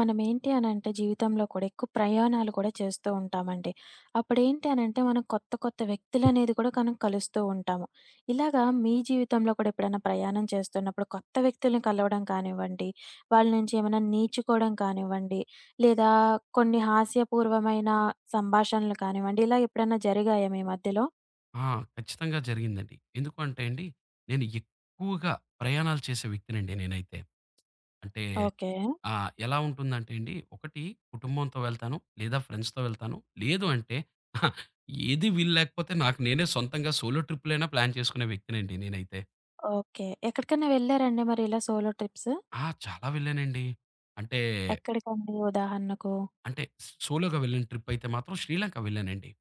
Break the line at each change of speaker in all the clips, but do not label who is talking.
మనమేంటి అనంటే జీవితంలో కూడా ఎక్కువ ప్రయాణాలు కూడా చేస్తూ ఉంటామండి. అప్పుడేంటి అనంటే మనం కొత్త వ్యక్తులనేది కూడా మనం కలుస్తూ ఉంటాము. ఇలాగా మీ జీవితంలో కూడా ఎప్పుడైనా ప్రయాణం చేస్తున్నప్పుడు కొత్త వ్యక్తుల్ని కలవడం కానివ్వండి, వాళ్ళ నుంచి ఏమైనా నేర్చుకోవడం కానివ్వండి, లేదా కొన్ని హాస్యపూర్వమైన సంభాషణలు కానివ్వండి, ఇలా ఎప్పుడైనా జరిగాయా మీ మధ్యలో?
ఆ! ఖచ్చితంగా జరిగిందండి. ఎందుకు అంటే అండి, నేను ఎక్కువగా ప్రయాణాలు చేసే వ్యక్తినండి నేనైతే. అంటే
ఓకే.
ఎలా ఉంటుందంటే అండి, ఒకటి కుటుంబంతో వెళ్తాను, లేదా ఫ్రెండ్స్‌తో వెళ్తాను. లేదు అంటే ఏది వీలు లేకపోతే నాకు నేనే సొంతంగా సోలో ట్రిప్పులైనా ప్లాన్ చేసుకునే వ్యక్తినండి నేనైతే.
ఓకే. ఎక్కడికైనా వెళ్లారండి మరి ఇలా సోలో ట్రిప్స్?
ఆ! చాలా వెళ్ళానండి. అంటే,
ఎక్కడికండి ఉదాహరణకు?
అంటే సోలోగా వెళ్ళిన ట్రిప్ అయితే మాత్రం శ్రీలంక వెళ్ళానండి.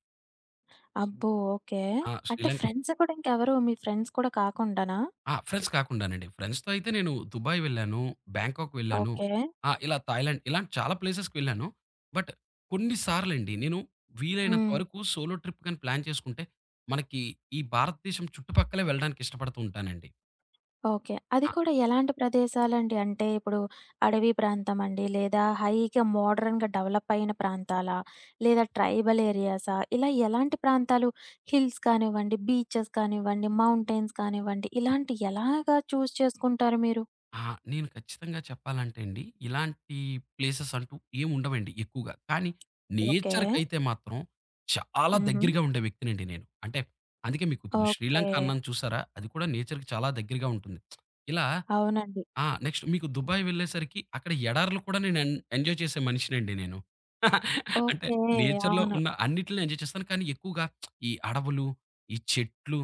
అబ్బో! ఓకే.
ఆ!
అంటే ఫ్రెండ్స్ కూడా ఇంకెవరు మీ ఫ్రెండ్స్ కూడా కాకుండానా?
ఆ! ఫ్రెండ్స్ కాకుండానండి. ఫ్రెండ్స్‌తో అయితే నేను దుబాయ్ వెళ్ళాను, బ్యాంకాక్ వెళ్ళాను.
ఓకే.
ఆ! ఇలా థాయిలాండ్ ఇలాంటి చాలా ప్లేసెస్‌కి వెళ్ళాను. బట్ కొన్ని సార్లండి నేను వీలైనంత
హ్మ్.
వరకు సోలో ట్రిప్ గాని ప్లాన్ చేసుకుంటే, మనకి ఈ భారతదేశం చుట్టుపక్కలే వెళ్ళడానికి ఇష్టపడుతూ ఉంటానండి.
ఓకే. అది
ఆ!
కూడా ఎలాంటి ప్రదేశాలండి? అంటే ఇప్పుడు అడవి ప్రాంతం అండి? లేదా హైగా మోడర్న్‌గా డెవలప్ అయిన ప్రాంతాలా? లేదా ట్రైబల్ ఏరియాసా? ఇలా ఎలాంటి ప్రాంతాలు హిల్స్ కానివ్వండి, బీచెస్ కానివ్వండి, మౌంటైన్స్ కానివ్వండి, ఇలాంటి ఎలాగా చూజ్ చేసుకుంటారు మీరు?
ఆ! నేను ఖచ్చితంగా చెప్పాలంటే అండి, ఇలాంటి ప్లేసెస్ అంటూ ఏమి ఉండవండి ఎక్కువగా. కానీ
ఓకే.
నేచర్‌కైతే మాత్రం చాలా
హుహు.
దగ్గరగా ఉండే వ్యక్తినండి నేను. అంటే అందుకే మీకు ఇప్పుడు
ఓకే.
శ్రీలంక అన్నాను చూసారా? అది కూడా నేచర్‌కి చాలా దగ్గరగా ఉంటుంది. ఇలా
అవునండి.
ఆ! నెక్స్ట్ మీకు దుబాయ్ వెళ్ళేసరికి అక్కడ ఎడారులు కూడా నేను ఎంజాయ్ చేసే మనిషినండి నేను. అంటే
ఓకే.
నేచర్‌లో
అవును.
ఉన్న అన్నిటిని ఎంజాయ్ చేస్తాను. కానీ ఎక్కువగా ఈ అడవులు, ఈ చెట్లు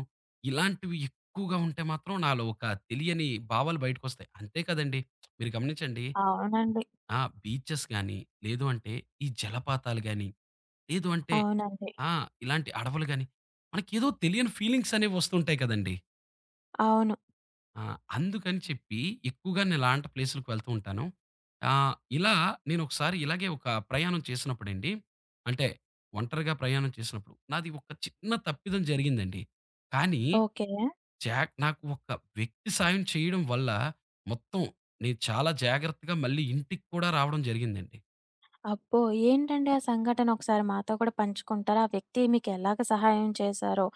ఇలాంటివి ఎక్కువగా ఉంటే మాత్రం నాలో ఒక తెలియని భావాలు బయటకొస్తాయి. అంతే కదండీ! మీరు గమనించండి.
అవునండి.
ఆ! బీచెస్ గాని, లేదు అంటే ఈ జలపాతాలు గాని, లేదు అంటే
అవునండి.
ఆ! ఇలాంటి అడవులు గాని మనకేదో తెలియని ఫీలింగ్స్ అనేవి వస్తుంటాయి కదండీ!
అవును.
ఆ! అందుకని చెప్పి ఎక్కువగా నేనిలాంటి ప్లేసులకు వెళ్తూ ఉంటాను. ఇలా నేనొకసారి ఇలాగే ఒక ప్రయాణం చేసినప్పుడండి, అంటే ఒంటరిగా ప్రయాణం చేసినప్పుడు నాది ఒక చిన్న తప్పిదం జరిగిందండి. కానీ
ఓకే.
నాకు ఒక వ్యక్తి సాయం చేయడం వల్ల మొత్తం నేను చాలా జాగ్రత్తగా మళ్ళీ ఇంటికి కూడా రావడం జరిగిందండి.
అబ్బో! ఏంటండి ఆ సంఘటన ఒకసారి మాతో కూడా పంచుకుంటారా? ఆ వ్యక్తి మీకెలాగ సహాయం చేశారో,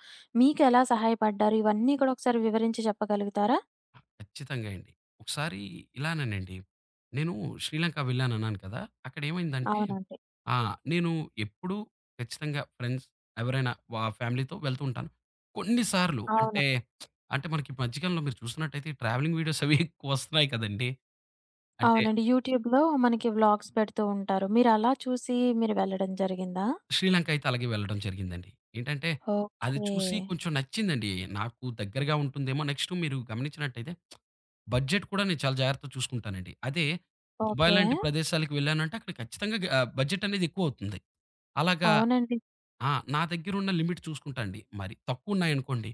మీకెలా సహాయపడ్డారు? ఇవన్నీ కూడా ఒకసారి వివరించి చెప్పగలుగుతారా?
ఆ! ఖచ్చితంగా అండి. ఒకసారి ఇలానేనండి, నేను శ్రీలంక వెళ్ళానన్నాను కదా! అక్కడేమైందంటే
అవునండి.
నేను ఎప్పుడూ ఖచ్చితంగా ఫ్రెండ్స్ ఎవరైనా ఫ్యామిలీతో వెళ్తూ ఉంటాను. కొన్నిసార్లు
అవును.
అంటే, అంటే మనకి ఈ మధ్య కాలంలో మీరు చూస్తున్నట్టయితే ఈ ట్రావెలింగ్ వీడియోస్ అవి ఎక్కువొస్తున్నాయి కదండీ! అంటే
అవునండి. యూట్యూబ్‌లో మనకి వ్లాగ్స్ పెడుతూ ఉంటారు. మీరలా చూసి మీరు వెళ్ళడం జరిగిందా?
శ్రీలంక అయితే అలాగే వెళ్ళడం జరిగిందండి. ఏంటంటే అది
ఓకే.
చూసి కొంచెం నచ్చిందండి. నాకు దగ్గరగా ఉంటుందేమో. నెక్స్ట్ మీరు గమనించినట్టయితే బడ్జెట్ కూడా నేను చాలా జాగ్రత్తగా చూసుకుంటానండి. అదే దుబాయ్
ఓకే.
లాంటి ప్రదేశాలకు వెళ్ళానంటే అక్కడ ఖచ్చితంగా బడ్జెట్ అనేది ఎక్కువవుతుంది. అలాగా
అవునండి.
ఆ! నా దగ్గరున్న లిమిట్ చూసుకుంటా అండి. మరి తక్కువున్నాయనుకోండి,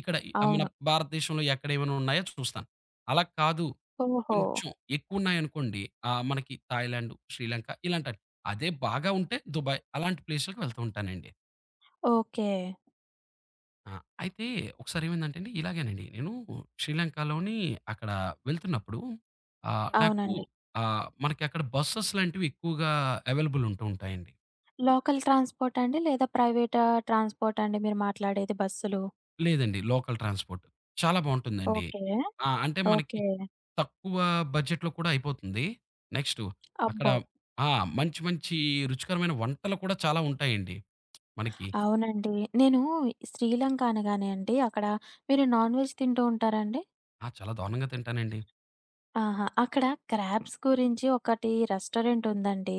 ఇక్కడ మన
అవును.
భారతదేశంలో ఎక్కడ ఏమైనా ఉన్నాయో చూస్తాను. అలా కాదు
ఓహో!
కొంచెం ఎక్కువున్నాయనుకోండి, మనకి థాయిలాండ్, శ్రీలంక ఇలాంటవి. అదే బాగా ఉంటే దుబాయ్ అలాంటి ప్లేసులకి వెళ్తూ ఉంటానండి.
ఓకే.
ఆ! అయితే ఒకసారేమైందంటే అండి, ఇలాగేనండి నేను శ్రీలంకలోని అక్కడ వెళ్తున్నప్పుడు నాకు
అవునండి.
మనకి అక్కడ బస్సెస్ లాంటివి ఎక్కువగా అవైలబుల్ ఉంటూ ఉంటాయండి.
లోకల్ ట్రాన్స్‌పోర్టా అండి? లేదా ప్రైవేట్ ట్రాన్స్‌పోర్టా అండి మీరు మాట్లాడేది బస్సులు?
లేదండి, లోకల్ ట్రాన్స్‌పోర్ట్. చాలా బావుంటుందండి.
ఓకే.
ఆ! అంటే మనకి
ఓకే.
తక్కువ బడ్జెట్‌లో కూడా అయిపోతుంది. నెక్స్టు అక్కడ
అబ్బో!
ఆ! మంచి మంచి రుచికరమైన వంటలు కూడా చాలా ఉంటాయండి మనకి.
అవునండి. నేను శ్రీలంక అనగానే అండి అక్కడ మీరు నాన్ వెజ్ తింటూ ఉంటారా అండి?
ఆ! చాలా దారుణంగా తింటానండి.
ఆహా! అక్కడ క్రాబ్స్ గురించి ఒకటి రెస్టారెంట్ ఉందండి.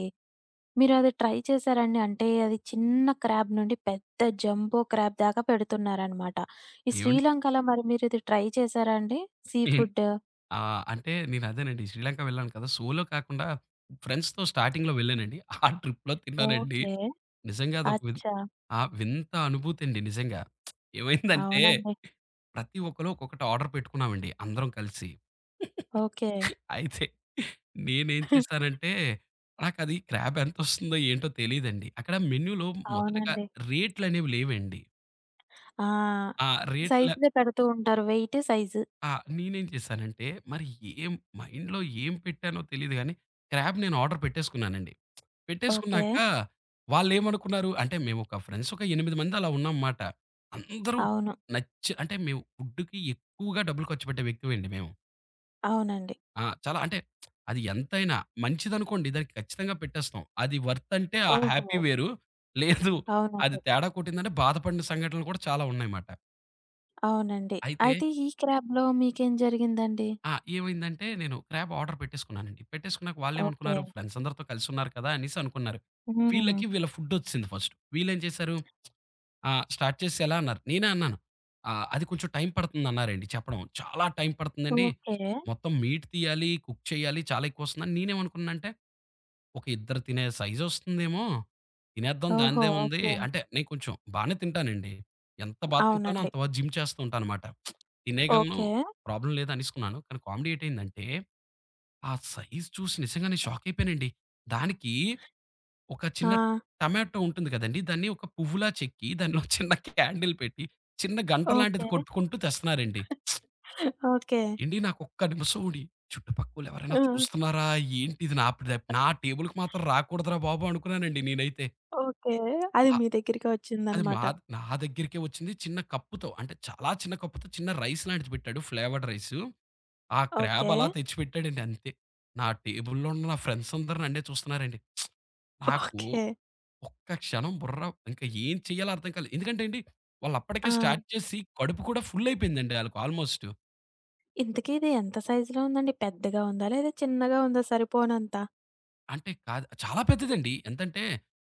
మీరది ట్రై చేశారండి? అంటే అది చిన్న క్రాబ్ నుండి పెద్ద జంబో క్రాబ్ దాకా పెడుతున్నారనమాట. ఈ
ఏవండి
శ్రీలంకలో మరి మీరిది ట్రై చేశారా అండి? Seafood?
ఆ! అంటే నేనదేనండి శ్రీలంక వెళ్ళాను కదా! సోలో కాకుండా ఫ్రెండ్స్‌తో స్టార్టింగ్‌లో వెళ్ళానండి. ఆ ట్రిప్‌లో తిన్నానండి.
ఓకే.
నిజంగా అదొక
అచ్చా!
ఆ! వింత అనుభూతండి నిజంగా. ఏమైందంటే
అవునండి.
ప్రతి ఒక్కళ్ళు ఒక్కొక్కటి ఆర్డర్ పెట్టుకున్నామండి అందరం కలిసి.
ఓకే.
అయితే నేనేం చేశానంటే నాకది క్రాబ్ ఎంతొస్తుందో ఏంటో తెలీదండి. అక్కడ మెన్యూలో మొదటగా
అవునండి.
రేట్లనేవి లేవండి.
ఆ!
ఆ! రేట్ల
సైజ్‌లో పెడుతూ ఉంటారు. Weight, size.
ఆ! నేనేం చేశానంటే, మరి ఏం మైండ్‌లో ఏం పెట్టానో తెలీదు గానీ, క్రాబ్ నేను ఆర్డర్ పెట్టేసుకున్నానండి.
ఓకే.
పెట్టేసుకున్నాక వాళ్ళేమనుకున్నారు అంటే, మేమొక ఫ్రెండ్స్ ఒక 8 మంది అలా ఉన్నాం మాట. అందరూ
అవును.
నచ్చి అంటే, మేము ఫుడ్‌కి ఎక్కువగా డబ్బులు ఖర్చు పెట్టే వ్యక్తిమండి మేము.
అవునండి.
ఆ! చాలా అంటే, అది ఎంతైనా మంచిదనుకోండి దానికి ఖచ్చితంగా పెట్టేస్తాం. అది వర్త్ అంటే ఆ హ్యాపీ
ఓహో!
వేరు. లేదు అది
అవునండి.
తేడా కొట్టిందంటే బాధపడిన సంఘటనలు కూడా చాలా ఉన్నాయన్నమాట.
అవునండి.
అయితే
అయితే ఈ క్రాబ్‌లో మీకేం జరిగిందండి?
ఆ! ఏమైందంటే నేను క్రాబ్ ఆర్డర్ పెట్టేసుకున్నానండి. పెట్టేసుకున్నాక
ఓకే.
వాళ్ళేమనుకున్నారు ఫ్రెండ్స్ అందరితో కలిసి ఉన్నారు కదా! అనేసి అనుకున్నారు.
హ్మ్.
వీళ్ళకి వీళ్ళ ఫుడొచ్చేసింది ఫస్ట్. వీళ్ళేం చేశారు, స్టార్ట్ చేసి ఎలా అన్నారు. నేనే అన్నాను. అది కొంచెం టైం పడుతుందన్నారండి చెప్పడం. చాలా టైం పడుతుందండి.
ఓకే.
మొత్తం మీట్ తీయాలి, కుక్ చేయాలి, చాలా ఎక్కువొస్తుందని నేనేమనుకున్నానంటే ఒక ఇద్దరు తినే సైజొస్తుందేమో. తినేద్దాం
ఓహో!
దానిదేముంది.
ఓకే.
అంటే నేను కొంచెం బానే తింటానండి. ఎంత బా తింటానో
అవునండి.
అంత బా జిమ్ చేస్తూ ఉంటాననమాట. తినేయగలను,
ఓకే.
ప్రాబ్లమ్ లేదు అనేసుకున్నాను. కానీ కామెడీ ఏటయిందంటే, ఆ సైజ్ చూసి నిజంగానే షాకయిపోయానండి. దానికి ఒక
ఆ!
చిన్న టమాటో ఉంటుంది కదండీ! దాన్ని ఒక పువ్వులా చెక్కి దానిలో చిన్న క్యాండిల్ పెట్టి, చిన్న గంట లాంటిది
ఓకే.
కొట్టుకుంటూ తెస్తన్నారండి.
ఓకే.
ఏండి నాకొక్క నిమిషం ఉండి, చుట్టుపక్కోళ్ళెవరైనా
ఆ!
చూస్తున్నారా? ఏంటిది నా టేబుల్‌కి మాత్రం రాకూడదురా బాబు! అనుకున్నానండి నేనైతే.
ఓకే. అది
అ
మీ దగ్గరికే
అది మా
వచ్చిందనమాట.
నా దగ్గరికే వచ్చింది చిన్న కప్పుతో. అంటే చాలా చిన్న కప్పుతో చిన్న రైస్ లాంటిది పెట్టాడు, ఫ్లేవర్డ్ రైసు. ఆ క్రాబ్
ఓకే.
అలా తెచ్చిపెట్టాడండి అంతే. నా టేబుల్‌లో ఉన్న నా ఫ్రెండ్స్ అందరూ నన్నే చూస్తున్నారండి. నాకు
ఓకే.
ఒక్క క్షణం బుర్ర ఇంకా ఏం చేయాలో అర్థం కాలేదు. ఎందుకంటే అండి, వాళ్ళప్పటికే
ఆ!
స్టార్ట్ చేసి కడుపు కూడా ఫుల్ అయిపోయిందండి ఆళ్ళకి ఆల్‌మోస్ట్.
ఇంతకీ ఇది ఎంత సైజులో ఉందండి? పెద్దగా ఉందా? లేదా చిన్నగా ఉందా సరిపోనంత?
అంటే కాదు. చాలా పెద్దదండి. ఎంతంటే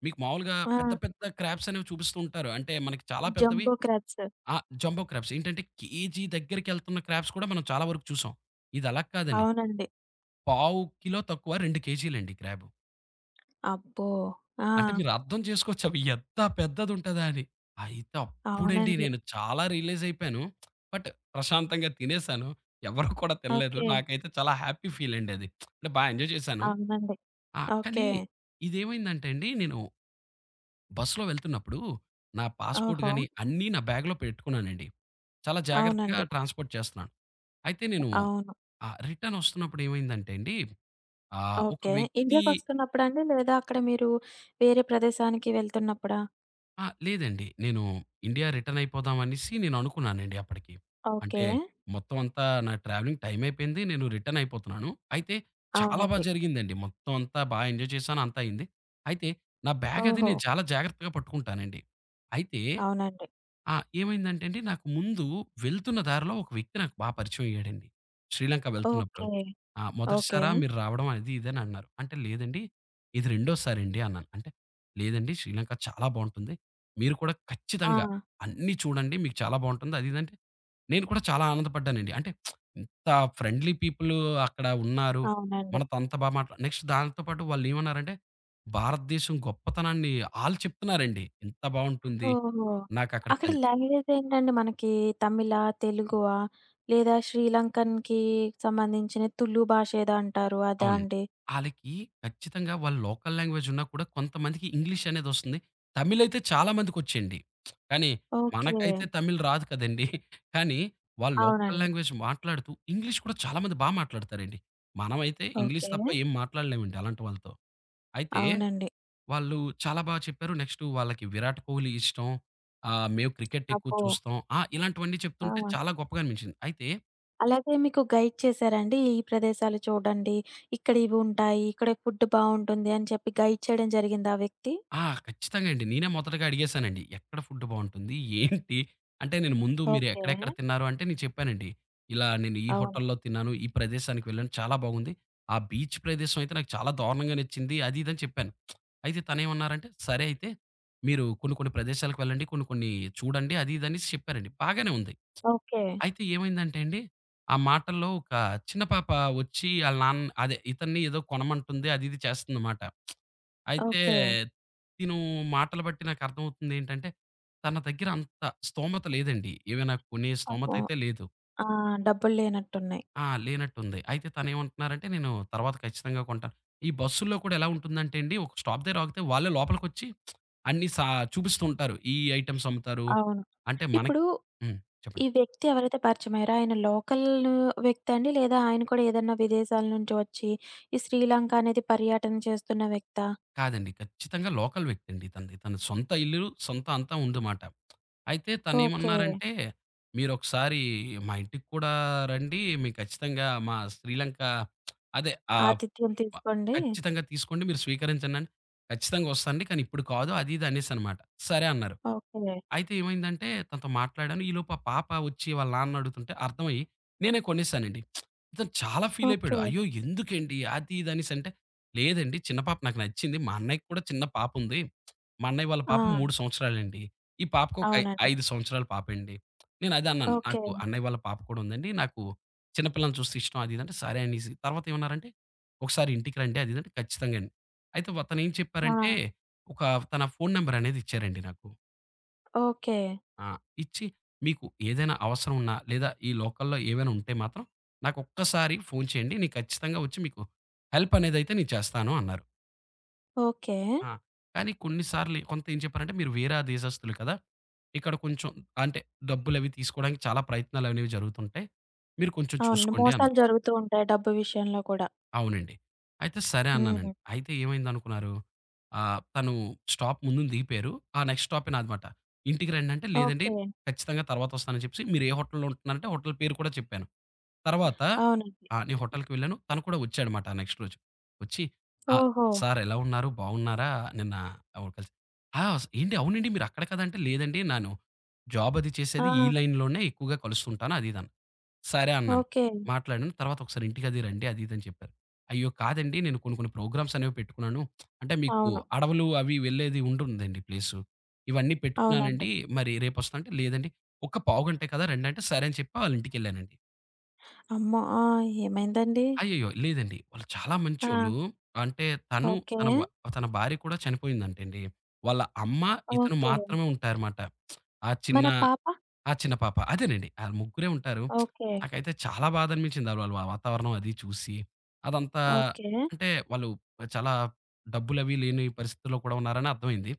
మీకు మామూలుగా
ఆ!
పెద్ద పెద్ద క్రాబ్స్ అనేవి చూపిస్తూ ఉంటారు. అంటే మనకి చాలా పెద్దవి,
జంబో క్రాబ్స్.
ఆ! Jumbo crabs. ఏంటంటే కేజీ దగ్గరికెళ్తున్న క్రాబ్స్ కూడా మనం చాలా వరకు చూసాం. ఇది అలా కాదండి.
అవునండి.
పావు కిలో తక్కువ 2 కేజీలండి క్రాబ్.
అబ్బో! ఆ!
అంటే మీరు అర్థం చేసుకోవచ్చు అవి ఎంత పెద్దదుంటదా అని. అయితే అప్పుడండి
అవునండి.
నేను చాలా రియలైజ్ అయిపోయాను. బట్ ప్రశాంతంగా తినేసాను. ఎవరు కూడా తినలేదు.
ఓకే.
నాకైతే చాలా హ్యాపీ ఫీల్ అండి అది. అంటే బా ఎంజాయ్ చేశాను.
అవునండి.
ఆ! కానీ
ఓకే.
ఇదేమైందంటే అండి నేను బస్సులో వెళ్తున్నప్పుడు నా పాస్‌పోర్ట్
ఓహో!
గాని, అన్నీ నా బ్యాగ్‌లో పెట్టుకున్నానండి. చాలా జాగ్రత్తగా
అవునండి.
ట్రాన్స్‌పోర్ట్ చేస్తున్నాను. అయితే నేను
అవును.
రిటర్న్ వస్తున్నప్పుడు ఏమైందంటే అండి, ఒక
ఓకే.
వ్యక్తి
ఇండియాకొస్తున్నప్పుడండి? లేదా అక్కడ మీరు వేరే ప్రదేశానికి వెళ్తున్నప్పుడా?
ఆ! లేదండి. నేను ఇండియా రిటర్న్ అయిపోదాం అనేసి నేను అనుకున్నానండి అప్పటికి. అంటే
ఓకే.
మొత్తం అంతా నా ట్రావెలింగ్ టైమ్ అయిపోయింది. నేను రిటర్న్ అయిపోతున్నాను. అయితే చాలా బా
అవునండి.
జరిగిందండి. మొత్తం అంతా బా ఎంజాయ్ చేశాను. అంతా అయింది. అయితే నా బ్యాగ్ అది
ఓహో!
నేను చాలా జాగ్రత్తగా పట్టుకుంటానండి. అయితే
అవునండి.
ఆ! ఏమైందంటే అండి, నాకు ముందు వెళ్తున్న దారిలో ఒక వ్యక్తి నాకు బాగా పరిచయం అయ్యాడండి. శ్రీలంక వెళ్తున్నప్పుడు.
ఓకే. ఓకే.
మొదటిసారా మీరు రావడం అది ఇది అని అన్నారు. అంటే లేదండి, ఇది రెండోసారండి అన్నాను. అంటే లేదండి శ్రీలంక చాలా బావుంటుంది. మీరు కూడా
ఆ!
ఖచ్చితంగా అన్నీ చూడండి. మీకు చాలా బావుంటుంది. అది ఇది అంటే నేను కూడా చాలా ఆనందపడ్డానండి. అంటే ఇంత ఫ్రెండ్లీ పీపుల్ అక్కడ ఉన్నారు.
అవునండి.
మనతో అంత బాగా నెక్స్ట్ దానితో పాటు వాళ్ళు ఏమన్నారంటే, భారతదేశం గొప్పతనాన్ని ఆళ్ళు చెప్తున్నారండి. ఇంత బావుంటుంది.
ఓహో!
నాకక్కడ
అక్కడ
కల్
లాంగ్వేజేంటండి మనకి? తమిళా? తెలుగువా? లేదా శ్రీలంకన్‌కి సంబంధించిన తులు భాష ఏదో అంటారు అదా
అవునండి.
అండి?
ఆళ్ళకి ఖచ్చితంగా వాళ్ళ లోకల్ లాంగ్వేజ్ ఉన్నా కూడా కొంతమందికి ఇంగ్లీష్ అనేదొస్తుంది. తమిళైతే చాలా మందికొచ్చండి. కానీ
ఓకే.
మనకైతే తమిళ్ రాదు కదండీ! కానీ వాళ్ళు లోకల్
అవునండి.
లాంగ్వేజ్ మాట్లాడుతూ ఇంగ్లీష్ కూడా చాలా మంది బా మాట్లాడతారండి. మనమైతే ఇంగ్లీష్
ఓకే.
తప్ప ఏం మాట్లాడలేమండి అలాంటి వాళ్ళతో. అయితే
అవునండి.
వాళ్ళు చాలా బా చెప్పారు. నెక్స్టు వాళ్ళకి 'విరాట్ కోహ్లీ' ఇష్టం. మేము క్రికెట్ ఎక్కువ
అబ్బో!
చూస్తాం. ఆ! ఇలాంటివన్నీ
ఆ!
చెప్తుంటే చాలా గొప్పగా అనిపించింది. అయితే
అలాగే మీకు గైడ్ చేశారా అండి? ఈ ప్రదేశాలు చూడండి. ఇక్కడ ఇవుంటాయి. ఇక్కడ ఫుడ్ బావుంటుంది అని చెప్పి గైడ్ చేయడం జరిగిందా ఆ వ్యక్తి?
ఆ! ఖచ్చితంగా అండి. నేనే మొదటగా అడిగేశానండి. ఎక్కడ ఫుడ్ బావుంటుంది? ఏంటి? అంటే నేను ముందు మీరు
ఓకే.
ఎక్కడెక్కడ తిన్నారు అంటే నేను చెప్పానండి. ఇలా నేను ఈ
అవును.
హోటల్‌లో తిన్నాను. ఈ ప్రదేశానికి వెళ్ళాను. చాలా బాగుంది. ఆ బీచ్ ప్రదేశం అయితే నాకు చాలా దారుణంగా నచ్చింది. అది ఇది అని చెప్పాను. అయితే తనేమన్నారంటే, "సరే అయితే మీరు కొన్ని కొన్ని ప్రదేశాలకు వెళ్ళండి. కొన్ని కొన్ని చూడండి." అది ఇది అనేసి చెప్పారండి. బాగానే ఉంది.
ఓకే.
అయితే ఏమైందంటే అండి, ఆ మాటల్లో ఒక చిన్న పాప వచ్చి ఆళ్ళ నాన్న అదే ఇతన్ని ఏదో కొనమంటుంది అది ఇది చేస్తుందమాట. అయితే
ఓకే.
తిను మాటలు బట్టి నాకర్థమవుతుందేంటంటే, తన దగ్గర అంత స్తోమత లేదండి. ఏవైనా కొనే
పాపం
స్తోమతయితే లేదు.
ఆ! డబ్బులు లేనట్టున్నాయి.
ఆ! లేనట్టుంది. అయితే తనేమంటున్నారంటే, "నేను తర్వాత ఖచ్చితంగా కొంటాను." ఈ బస్సుల్లో కూడా ఎలా ఉంటుందంటే అండి, ఒక స్టాప్ దగ్గర ఆగితే వాళ్ళే లోపలికొచ్చి అన్ని సా చూపిస్తూ ఉంటారు. ఈ ఐటెమ్స్ అమ్ముతారు.
అవును.
అంటే మనకి
ఇప్పుడు
హ్మ్.
ఈ
చెప్పండి.
వ్యక్తి ఎవరైతే పరిచయమయ్యారో ఆయన లోకల్ వ్యక్తా అండి? లేదా ఆయన కూడా ఏదన్నా విదేశాల నుంచి వచ్చి ఈ శ్రీలంక అనేది పర్యటన చేస్తున్న వ్యక్తా?
కాదండి. ఖచ్చితంగా లోకల్ వ్యక్తండి తనది. తన సొంత ఇల్లు, సొంత అంతా ఉందమాట. అయితే
ఓకే.
తనేమన్నారంటే, "మీరొకసారి మా ఇంటికి కూడా రండి. మీకు ఖచ్చితంగా మా శ్రీలంక అదే
ఆతిథ్యం
మ
తీసుకోండి.
ఖచ్చితంగా తీసుకోండి. మీరు స్వీకరించండి" అని, "ఖచ్చితంగా వస్తానండి. కానీ ఇప్పుడు కాదు" అది ఇది అనేసనమాట. సరే అన్నారు.
ఓకే.
అయితే ఏమైందంటే తనతో మాట్లాడాను. ఈలోపు ఆ పాప వచ్చి వాళ్ళ నాన్న అడుగుతుంటే అర్థమయ్యి నేనే కొనేసానండి. ఇతను చాలా ఫీల్ అయిపోయాడు.
ఓకే.
"అయ్యో! ఎందుకండి అది ఇది" అనేసి అంటే, "లేదండి చిన్న పాప నాకు నచ్చింది. మా అన్నయ్యకి కూడా చిన్న పాప ఉంది. మా అన్నయ్య వాళ్ళ
ఆ!
పాప 3 సంవత్సరాలండి. ఈ పాపకు ఒక
అవునండి.
5 సంవత్సరాల పాపండి." నేను అదే అన్నాను.
ఓకే.
"నాకు అన్నయ్య వాళ్ళ పాప కూడా ఉందండి. నాకు చిన్న పిల్లల్ని చూస్తే ఇష్టం." అది ఇది అంటే సరే అనేసి తర్వాత ఏమన్నారంటే, "ఒకసారి ఇంటికి రండి." అది ఇది అంటే ఖచ్చితంగా అండి. అయితే తనేం
ఆ!
చెప్పారంటే, ఒక తన ఫోను నంబర్ అనేది ఇచ్చారండి నాకు.
ఓకే.
ఆ! ఇచ్చి మీకు ఏదైనా అవసరం ఉన్నా, లేదా ఈ లోకల్‌లో ఏవైనా ఉంటే మాత్రం నాకు ఒక్కసారి ఫోను చేయండి. నేను ఖచ్చితంగా వచ్చి మీకు హెల్ప్ అనేదైతే నేను చేస్తాను అన్నారు.
ఓకే.
ఆ! కానీ కొన్ని సార్లు కొంత ఏం చెప్పారంటే మీరు వేరే దేశస్తులు కదా! ఇక్కడ కొంచెం అంటే డబ్బులవి తీసుకోవడానికి చాలా ప్రయత్నాలనేవి జరుగుతుంటాయి. మీరు కొంచెం
అవును.
చూసుకోండి
మోసాలు
అన్నారు.
జరుగుతూ ఉంటాయి డబ్బు విషయంలో కూడా.
అవునండి. అయితే సరే అన్నానండి.
హ్మ్.
అయితే ఏమైందనుకున్నారు? తను స్టాప్ ముందున దిగిపోయారు. ఆ నెక్స్ట్ స్టాపే నాదమాట. ఇంటికి రండి అంటే, లేదండి
ఓకే.
ఖచ్చితంగా తర్వాతొస్తానని చెప్పేసి, మీరు ఏ హోటల్‌లో ఉంటున్నారంటే హోటల్ పేరు కూడా చెప్పాను. తర్వాత
అవునండి.
ఆ! నేను హోటల్‌కి వెళ్ళాను. తను కూడా వచ్చాడమాట ఆ నెక్స్ట్ రోజు. వచ్చి "ఆ!
ఓహో!
సార్ ఎలా ఉన్నారు? బాగున్నారా? నిన్న ఎవరు కలిసి" "ఆ! ఏంటి అవునండి మీరక్కడ కదా!" అంటే, లేదండి నాను జాబ్ అది
ఆ!
చేసేది ఈ లైన్‌లోనే ఎక్కువగా కలుస్తుంటాను అది ఇదని. సరే అన్నాను.
ఓకే.
మాట్లాడాను. తర్వాత ఒకసారి ఇంటికది రండి అది ఇది అని చెప్పారు. అయ్యో! కాదండి నేను కొన్ని కొన్ని ప్రోగ్రామ్స్ అనేవి పెట్టుకున్నాను. అంటే మీకు
అవును.
అడవులు అవి వెళ్ళేది ఉంటుందండి ప్లేసు. ఇవన్నీ
అవునండి.
పెట్టుకున్నానండి. మరి రేపొస్తా అంటే లేదండి. ఒక్క పావుగంటే కదా రండి అంటే సరే అని చెప్పి వాళ్ళ ఇంటికెళ్ళానండి.
అమ్మో! ఆ! ఏమైందండి?
అయ్యయ్యో! లేదండి. వాళ్ళు చాలా
ఆ!
మంచోళ్ళు. అంటే తను
ఓకే.
తన వ తన భార్య కూడా చనిపోయిందంటండి. వాళ్ళ అమ్మ, ఇతను
ఓకే.
మాత్రమే ఉంటారమాట. ఆ చిన్న
మరా పాప?
ఆ! చిన్న పాప. అదేనండి. ఆళ్ళు ముగ్గురే ఉంటారు.
ఓకే.
నాకైతే చాలా బాధ అనిపించింది. వాళ్ళ వాతావరణం అది చూసి. అదంతా
ఓకే.
అంటే వాళ్ళు చాలా డబ్బులవి లేని పరిస్థితుల్లో కూడా ఉన్నారని అర్థమైంది.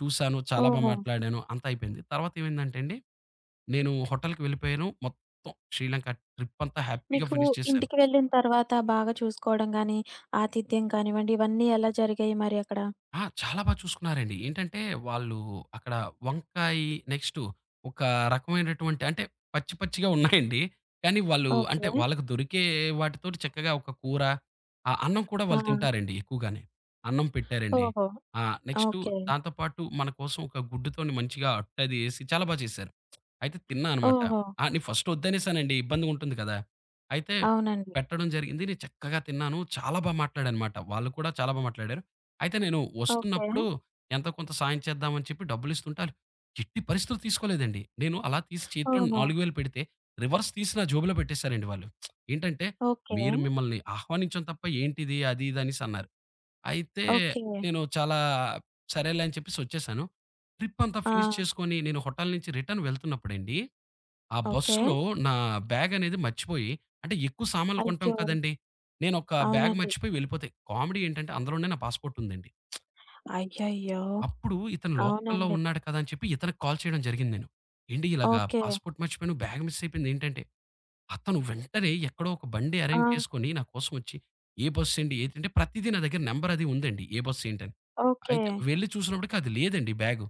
చూసాను, చాలా బా
ఓహో!
మాట్లాడాను. అంతా అయిపోయింది. తర్వాత ఏమైందంటే అండి, నేను హోటల్‌కి వెళ్ళిపోయాను. మొత్తం శ్రీలంక ట్రిప్ అంతా హ్యాపీగా
మీకు
ఫినిష్ చేశాను.
ఇంటికి వెళ్ళిన తర్వాత బాగా చూసుకోవడం గానీ, ఆతిథ్యం కానివ్వండి, ఇవన్నీ ఎలా జరిగాయి మరి అక్కడ?
ఆ! చాలా బా చూసుకున్నారండి. ఏంటంటే, వాళ్ళు అక్కడ వంకాయి నెక్స్టు ఒక రకమైనటువంటి అంటే పచ్చి పచ్చిగా ఉన్నాయండి. కానీ వాళ్ళు
ఓకే.
అంటే వాళ్ళకి దొరికే వాటితోటి చక్కగా ఒక కూర, ఆ అన్నం కూడా
ఆ!
వాళ్ళు తింటారండి ఎక్కువగానే. అన్నం పెట్టారండి.
ఓహో!
ఆ! Next
okay.
దాంతో పాటు మన కోసం ఒక గుడ్డుతోని మంచిగా అట్టది ఏసి చాలా బా చేశారు. అయితే తిన్నా అనమాట.
ఓహో!
ఆ! నేను ఫస్ట్ వద్దనేసానండి. ఇబ్బందిగుంటుంది కదా! అయితే
అవునండి.
పెట్టడం జరిగింది. నేను చక్కగా తిన్నాను. చాలా బా మాట్లాడానమాట. వాళ్ళు కూడా చాలా బా మాట్లాడారు. అయితే నేను
ఓకే.
వస్తున్నప్పుడు ఎంతో కొంత సాయం చేద్దామని చెప్పి డబ్బులిస్తుంటే ఆళ్ళు ఎట్టి పరిస్థితుల్లో తీసుకోలేదండి. నేను అలా తీసి చేతిలో
ఓహో!
4,000 పెడితే రివర్స్ తీసి నా జేబులో పెట్టేసారండి వాళ్ళు. ఏంటంటే
ఓకే.
"మీరు మిమ్మల్ని ఆహ్వానించాం తప్ప ఏంటిది అది ఇది" అనేసి అన్నారు. అయితే
ఓకే.
నేను చాలా సరేలే అని చెప్పేసి వచ్చేసాను. ట్రిప్ అంతా
ఆ!
ఫినిష్ చేసుకొని నేను హోటల్ నుంచి రిటర్న్ వెళ్తున్నప్పుడండి, ఆ
ఓకే.
బస్సులో నా బ్యాగ్ అనేది మర్చిపోయి అంటే ఎక్కువ సామాన్లు కొంటాం
అయ్యో!
కదండీ! నేను ఒక బ్యాగ్
అవునండి.
మర్చిపోయి వెళ్ళిపోతే కామెడీ ఏంటంటే అందులోనే నా పాస్‌పోర్ట్ ఉందండి.
అయ్యయ్యో!
అప్పుడు ఇతను లోకల్‌లో
అవునండి.
ఉన్నాడు కదా! అని చెప్పి ఇతనికి కాల్ చేయడం జరిగింది నేను. "ఏండి ఇలాగా
ఓకే.
పాస్‌పోర్ట్ మర్చిపోయాను. బ్యాగ్ మిస్ అయిపోయింది" ఏంటంటే, అతను వెంటనే ఎక్కడో ఒక బండి
ఆ!
అరేంజ్ చేసుకొని నా కోసం వచ్చి, ఏ బస్సు అండి? ఏంటంటే ప్రతీదీ నా దగ్గర నంబర్ అది ఉందండి. ఏ బస్సు ఏంటని.
ఓకే.
అయితే వెళ్లి చూసినప్పటికి అది లేదండి బ్యాగు.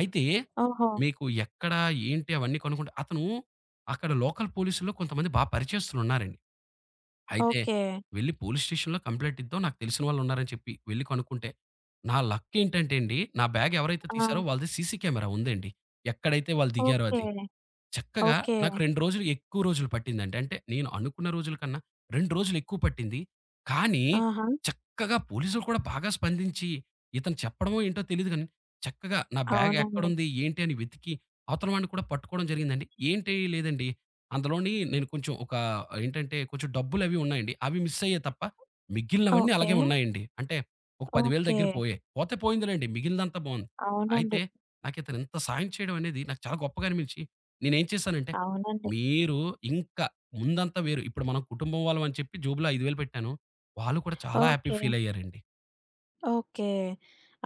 అయితే
ఓహో!
మీకు ఎక్కడ ఏంటి అవన్నీ కనుక్కుంటే అతను అక్కడ లోకల్ పోలీసుల్లో కొంతమంది బా పరిచయస్తులున్నారండి. అయితే
ఓకే.
వెళ్లి పోలీస్ స్టేషన్‌లో కంప్లెయింట్ ఇద్దాం. నాకు తెలిసిన వాళ్ళున్నారని చెప్పి వెళ్లి కనుక్కుంటే, నా లక్ ఏంటంటే అండి, నా బ్యాగ్ ఎవరైతే
ఆ!
తీశారో వాళ్ళది సీసీ కెమెరా ఉందండి. ఎక్కడైతే వాళ్ళు దిగారో
ఓకే.
అది. చక్కగా
ఓకే.
నాకు 2 రోజులు ఎక్కువ రోజులు పట్టిందండి. అంటే నేను అనుకున్న రోజుల కన్నా 2 రోజులు ఎక్కువ పట్టింది. కానీ
ఆహా!
చక్కగా పోలీసులు కూడా బాగా స్పందించి ఇతను చెప్పడమో ఏంటో తెలీదు గానీ, చక్కగా నా బ్యాగ్
అవునండి.
ఎక్కడుంది? ఏంటి? అని వెతికి అవతల వాడిని కూడా పట్టుకోవడం జరిగిందండి. ఏంటి లేదండి. అందులోని నేను కొంచెం ఒక ఏంటంటే కొంచెం డబ్బులవి ఉన్నాయండి. అవి మిస్ అయ్యాయి తప్ప మిగిలినవన్నీ
ఓకే.
అలాగే ఉన్నాయండి. అంటే ఒక 10,000
ఓకే.
దగ్గర పోయాయి. పోతే పోయిందిలెండి. మిగిలినదంతా బావుంది.
అవునండి.
అయితే నాకితను ఇంత సాయం చేయడం అనేది నాకు చాలా గొప్పగా అనిపించి నేనేం చేశానంటే,
అవునండి.
మీరు ఇంకా ముందంతా వేరు. ఇప్పుడు మనం కుటుంబం వాళ్ళమని చెప్పి జేబులో 5,000 పెట్టాను. వాళ్ళు కూడా చాలా హ్యాపీ
ఓకే.
ఫీలయ్యారండి.
ఓకే.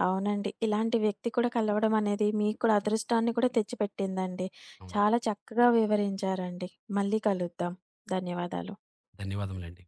అవునండి. ఇలాంటి వ్యక్తి కూడా కలవడం అనేది మీకు కూడా అదృష్టాన్ని కూడా తెచ్చిపెట్టిందండి.
అవును.
చాలా చక్కగా వివరించారండి. మళ్ళీ కలుద్దాం. ధన్యవాదాలు.
ధన్యవాదములండి.